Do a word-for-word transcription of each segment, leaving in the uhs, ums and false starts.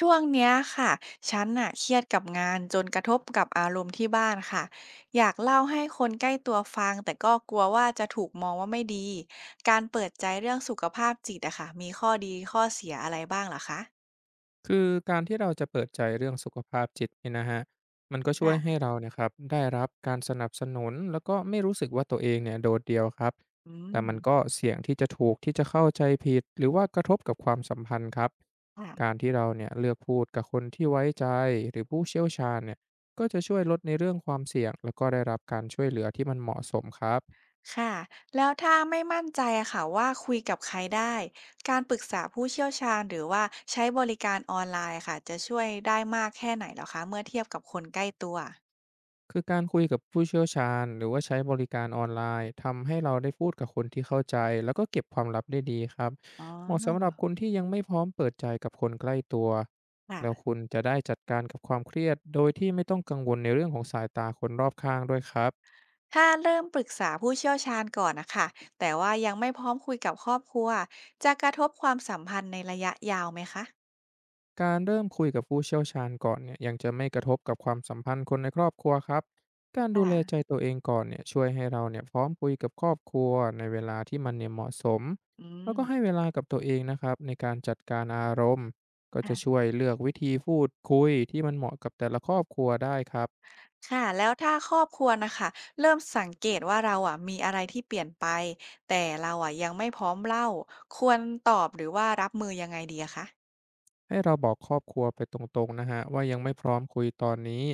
ช่วงเนี้ยค่ะ ฉันน่ะเครียดกับงานจนกระทบกับอารมณ์ที่บ้านค่ะ อยากเล่าให้คนใกล้ตัวฟังแต่ก็กลัวว่าจะถูกมองว่าไม่ดี การเปิดใจเรื่องสุขภาพจิตอะค่ะมีข้อดีข้อเสียอะไรบ้างเหรอคะคือการที่เราจะเปิดใจเรื่องสุขภาพจิตเนี่ยนะฮะมันก็ช่วยให้ค่ะเราเนี่ยครับได้รับการสนับสนุนแล้วก็ไม่รู้สึกว่าตัวเองเนี่ยโดดเดี่ยวครับอืแต่มมันก็เสี่ยงที่จะถูกที่จะเข้าใจผิดหรือว่ากระทบกับความสัมพันธ์ครับค่ะ การที่เราเนี่ยเลือกพูดกับคนที่ไว้ใจหรือผู้เชี่ยวชาญเนี่ยก็จะช่วยลดในเรื่องความเสี่ยงแล้วก็ได้รับการช่วยเหลือที่มันเหมาะสมครับ ค่ะ แล้วถ้าไม่มั่นใจอะค่ะว่าคุยกับใครได้ การปรึกษาผู้เชี่ยวชาญหรือว่าใช้บริการออนไลน์ค่ะจะช่วยได้มากแค่ไหนเหรอคะเมื่อเทียบกับคนใกล้ตัวคือการคุยกับผู้เชี่ยวชาญหรือว่าใช้บริการออนไลน์ทำให้เราได้พูดกับคนที่เข้าใจแล้วก็เก็บความลับได้ดีครับอ๋เหมาะสำหรับอคนที่ยังไม่พร้อมเปิดใจกับคนใกล้ตัวแล้วค่ะ คุณจะได้จัดการกับความเครียดโดยที่ไม่ต้องกังวลในเรื่องของสายตาคนรอบข้างด้วยครับ ถ้าเริ่มปรึกษาผู้เชี่ยวชาญก่อนนะคะ แต่ว่ายังไม่พร้อมคุยกับครอบครัวจะกระทบความสัมพันธ์ในระยะยาวไหมคะการเริ่มคุยกับผู้เชี่ยวชาญก่อนเนี่ยยังจะไม่กระทบกับความสัมพันธ์คนในครอบครัวครับ การดูแลใจค่ะตัวเองก่อนเนี่ยช่วยให้เราเนี่ยพร้อมคุยกับครอบครัวในเวลาที่มันเนี่ยเหมาะสมอืแล้มวก็ให้เวลากับตัวเองนะครับในการจัดการอารมณ์ก็ค่ะจะช่วยเลือกวิธีพูดคุยที่มันเหมาะกับแต่ละครอบครัวได้ครับ ค่ะ แล้วถ้าครอบครัวนะคะ เริ่มสังเกตว่าเราอะมีอะไรที่เปลี่ยนไป แต่เราอะยังไม่พร้อมเล่า ควรตอบหรือว่ารับมือยังไงดีอะคะให้เราบอกครอบครัวไปตรงๆนะฮะว่ายังไม่พร้อมคุยตอนนี้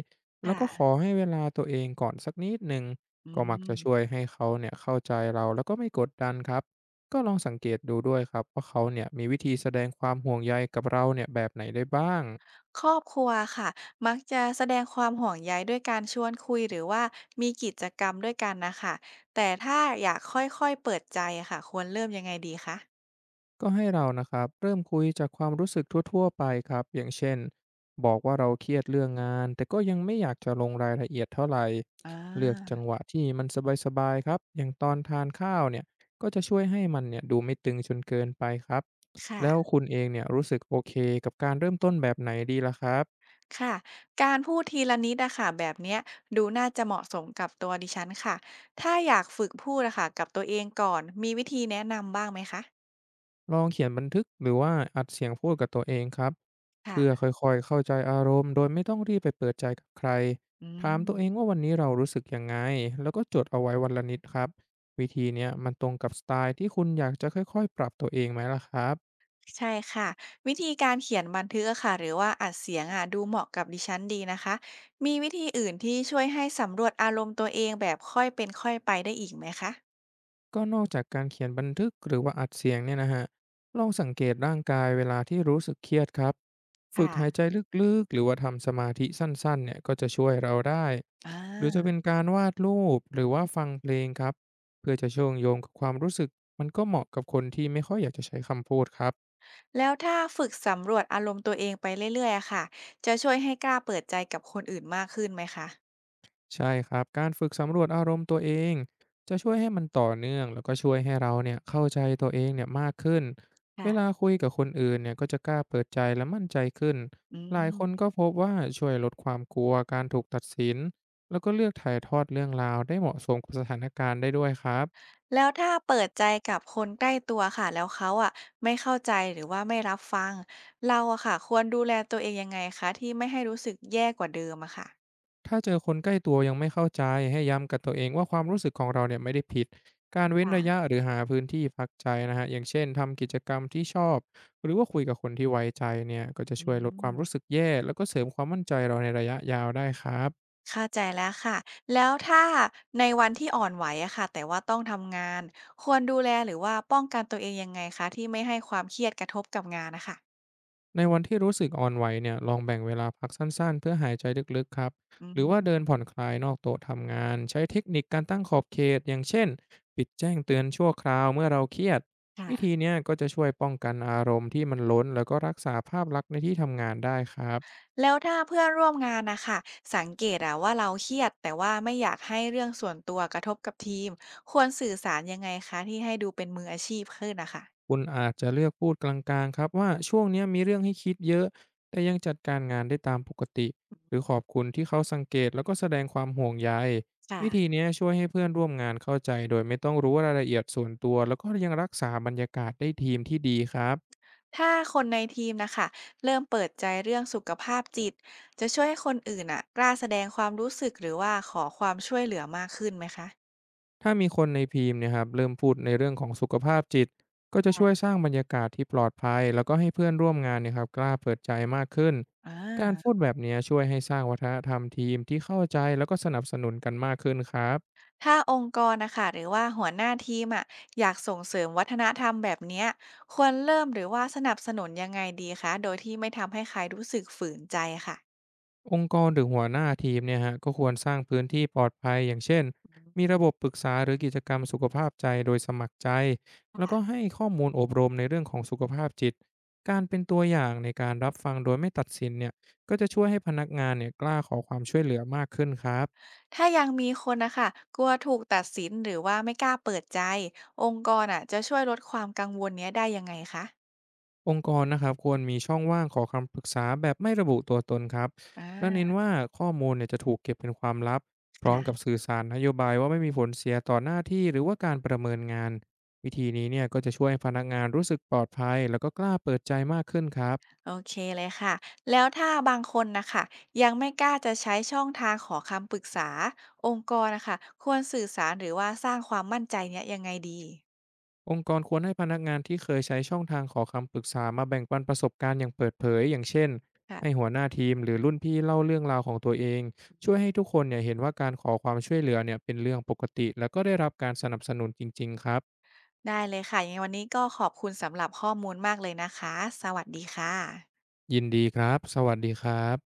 แล้วค่ะก็ขอให้เวลาตัวเองก่อนสักนิดหนึ่งอืก็มักจะช่วยม ให้เขาเนี่ยเข้าใจเราแล้วก็ไม่กดดันครับก็ลองสังเกตดูด้วยครับว่าเขาเนี่ยมีวิธีแสดงความห่วงใยกับเราเนี่ยแบบไหนได้บ้าง ครอบครัวค่ะมักจะแสดงความห่วงใยด้วยการชวนคุยหรือว่ามีกิจกรรมด้วยกันนะค่ะแต่ถ้าอยากค่อยๆเปิดใจอะค่ะควรเริ่มยังไงดีคะก็ให้เรานะครับเริ่มคุยจากความรู้สึกทั่วๆไปครับอย่างเช่นบอกว่าเราเครียดเรื่องงานแต่ก็ยังไม่อยากจะลงรายละเอียดเท่าไหร่อาเลือกจังหวะที่มันสบายๆครับอย่างตอนทานข้าวเนี่ยก็จะช่วยให้มันเนี่ยดูไม่ตึงจนเกินไปครับค่ะแล้วคุณเองเนี่ยรู้สึกโอเคกับการเริ่มต้นแบบไหนดีล่ะครับ ค่ะการพูดทีละนิดอะค่ะแบบเนี้ยดูน่าจะเหมาะสมกับตัวดิฉันค่ะถ้าอยากฝึกพูดอะค่ะกับตัวเองก่อนมีวิธีแนะนำบ้างไหมคะลองเขียนบันทึกหรือว่าอัดเสียงพูดกับตัวเองครับเพื่อค่ะค่อยๆเข้าใจอารมณ์โดยไม่ต้องรีบไปเปิดใจกับใครอืถามตัวเองม ว่าวันนี้เรารู้สึกยังไงแล้วก็จดเอาไว้วันละนิดครับวิธีเนี้ยมันตรงกับสไตล์ที่คุณอยากจะค่อยๆปรับตัวเองไหมล่ะครับ ใช่ค่ะวิธีการเขียนบันทึกอะค่ะหรือว่าอัดเสียงอะดูเหมาะกับดิฉันดีนะคะมีวิธีอื่นที่ช่วยให้สำรวจอารมณ์ตัวเองแบบค่อยเป็นค่อยไปได้อีกไหมคะก็นอกจากการเขียนบันทึกหรือว่าอัดเสียงเนี่ยนะฮะลองสังเกตร่างกายเวลาที่รู้สึกเครียดครับฝึกหายค่ะใจลึกๆหรือว่าทำสมาธิสั้นๆเนี่ยก็จะช่วยเราได้อ่หรือจะาเป็นการวาดรูปหรือว่าฟังเพลงครับเพื่อจะเชื่อมโยงกับความรู้สึกมันก็เหมาะกับคนที่ไม่ค่อยอยากจะใช้คำพูดครับ แล้วถ้าฝึกสำรวจอารมณ์ตัวเองไปเรื่อยๆอะค่ะจะช่วยให้กล้าเปิดใจกับคนอื่นมากขึ้นไหมคะใช่ครับการฝึกสำรวจอารมณ์ตัวเองจะช่วยให้มันต่อเนื่องแล้วก็ช่วยให้เราเนี่ยเข้าใจตัวเองเนี่ยมากขึ้นเวค่ะลาคุยกับคนอื่นเนี่ยก็จะกล้าเปิดใจและมั่นใจขึ้นอืหลายคนก็มพบว่าช่วยลดความกลัวการถูกตัดสินแล้วก็เลือกถ่ายทอดเรื่องราวได้เหมาะสมกับสถานการณ์ได้ด้วยครับ แล้วถ้าเปิดใจกับคนใกล้ตัวค่ะแล้วเขาอ่ะไม่เข้าใจหรือว่าไม่รับฟังเราอะค่ะควรดูแลตัวเองยังไงคะที่ไม่ให้รู้สึกแย่กว่าเดิมอะค่ะ ถ้าเจอคนใกล้ตัวยังไม่เข้าใจให้ย้ำกับตัวเองว่าความรู้สึกของเราเนี่ยไม่ได้ผิดการเว้นระยะหรือหาพื้นที่พักใจนะฮะอย่างเช่นทำกิจกรรมที่ชอบหรือว่าคุยกับคนที่ไว้ใจเนี่ยก็จะอืช่วยลดคมวามรู้สึกแย่แล้วก็เสริมความมั่นใจเราในระยะยาวได้ครับ เข้าใจแล้วค่ะแล้วถ้าในวันที่อ่อนไหวอะค่ะแต่ว่าต้องทำงานควรดูแลหรือว่าป้องกันตัวเองยังไงคะที่ไม่ให้ความเครียดกระทบกับงานนะคะในวันที่รู้สึกอ่อนไหวเนี่ยลองแบ่งเวลาพักสั้นๆเพื่อหายใจลึกๆครับอืหรือว่ามเดินผ่อนคลายนอกโต๊ะทำงานใช้เทคนิคการตั้งขอบเขตอย่างเช่นปิดแจ้งเตือนชั่วคราวเมื่อเราเครียดค่ะวิธีเนี้ยก็จะช่วยป้องกันอารมณ์ที่มันล้นแล้วก็รักษาภาพลักษณ์ในที่ทำงานได้ครับ แล้วถ้าเพื่อนร่วมงานนะคะสังเกตอะว่าเราเครียดแต่ว่าไม่อยากให้เรื่องส่วนตัวกระทบกับทีมควรสื่อสารยังไงคะที่ให้ดูเป็นมืออาชีพขึ้นนะคะคุณอาจจะเลือกพูดกลางๆครับว่าช่วงเนี้ยมีเรื่องให้คิดเยอะแต่ยังจัดการงานได้ตามปกติหรือขอบคุณที่เขาสังเกตแล้วก็แสดงความห่วงใยวิธีค่ะ เนี้ยช่วยให้เพื่อนร่วมงานเข้าใจโดยไม่ต้องรู้รายละเอียดส่วนตัวแล้วก็ยังรักษาบรรยากาศได้ทีมที่ดีครับ ถ้าคนในทีมนะคะเริ่มเปิดใจเรื่องสุขภาพจิตจะช่วยให้คนอื่นอ่ะกล้าแสดงความรู้สึกหรือว่าขอความช่วยเหลือมากขึ้นไหมคะถ้ามีคนในทีมเนะครับเริ่มพูดในเรื่องของสุขภาพจิตก็จะช่วยสร้างบรรยากาศที่ปลอดภัยแล้วก็ให้เพื่อนร่วมงานเนะครับกล้าเปิดใจมากขึ้นอ่การพูดาแบบเนี้ยช่วยให้สร้างวัฒนธรรมทีมที่เข้าใจแล้วก็สนับสนุนกันมากขึ้นครับ ถ้าองค์กรนะคะหรือว่าหัวหน้าทีมอ่ะอยากส่งเสริมวัฒนธรรมแบบเนี้ยควรเริ่มหรือว่าสนับสนุนยังไงดีคะโดยที่ไม่ทำให้ใครรู้สึกฝืนใจค่ะองค์กรหรือหัวหน้าทีมเนี่ยฮะก็ควรสร้างพื้นที่ปลอดภัยอย่างเช่นมีระบบปรึกษาหรือกิจกรรมสุขภาพใจโดยสมัครใจแล้วก็ให้ข้อมูลอบรมในเรื่องของสุขภาพจิตการเป็นตัวอย่างในการรับฟังโดยไม่ตัดสินเนี่ยก็จะช่วยให้พนักงานเนี่ยกล้าขอความช่วยเหลือมากขึ้นครับ ถ้ายังมีคนนะคะกลัวถูกตัดสินหรือว่าไม่กล้าเปิดใจองค์กรอ่ะจะช่วยลดความกังวลเนี้ยได้ยังไงคะองค์กรนะครับควรมีช่องว่างขอคำปรึกษาแบบไม่ระบุตัวตนครับอ่และเน้านว่าข้อมูลเนี่ยจะถูกเก็บเป็นความลับพร้อมกับค่ะ สื่อสารนโยบายว่าไม่มีผลเสียต่อหน้าที่หรือว่าการประเมินงานวิธีนี้เนี่ยก็จะช่วยให้พนักงานรู้สึกปลอดภัยแล้วก็กล้าเปิดใจมากขึ้นครับ โอเคเลยค่ะ แล้วถ้าบางคนนะคะยังไม่กล้าจะใช้ช่องทางขอคำปรึกษาองค์กรนะคะควรสื่อสารหรือว่าสร้างความมั่นใจเนี้ยยังไงดีองค์กรควรให้พนักงานที่เคยใช้ช่องทางขอคำปรึกษามาแบ่งปันประสบการณ์อย่างเปิดเผยอย่างเช่นให้ค่ะหัวหน้าทีมหรือรุ่นพี่เล่าเรื่องราวของตัวเองช่วยให้ทุกคนเนี่ยเห็นว่าการขอความช่วยเหลือเนี่ยเป็นเรื่องปกติแล้วก็ได้รับการสนับสนุนจริงๆครับได้เลยค่ะ ยังไงวันนี้ก็ขอบคุณสำหรับข้อมูลมากเลยนะคะ สวัสดีค่ะยินดีครับสวัสดีครับ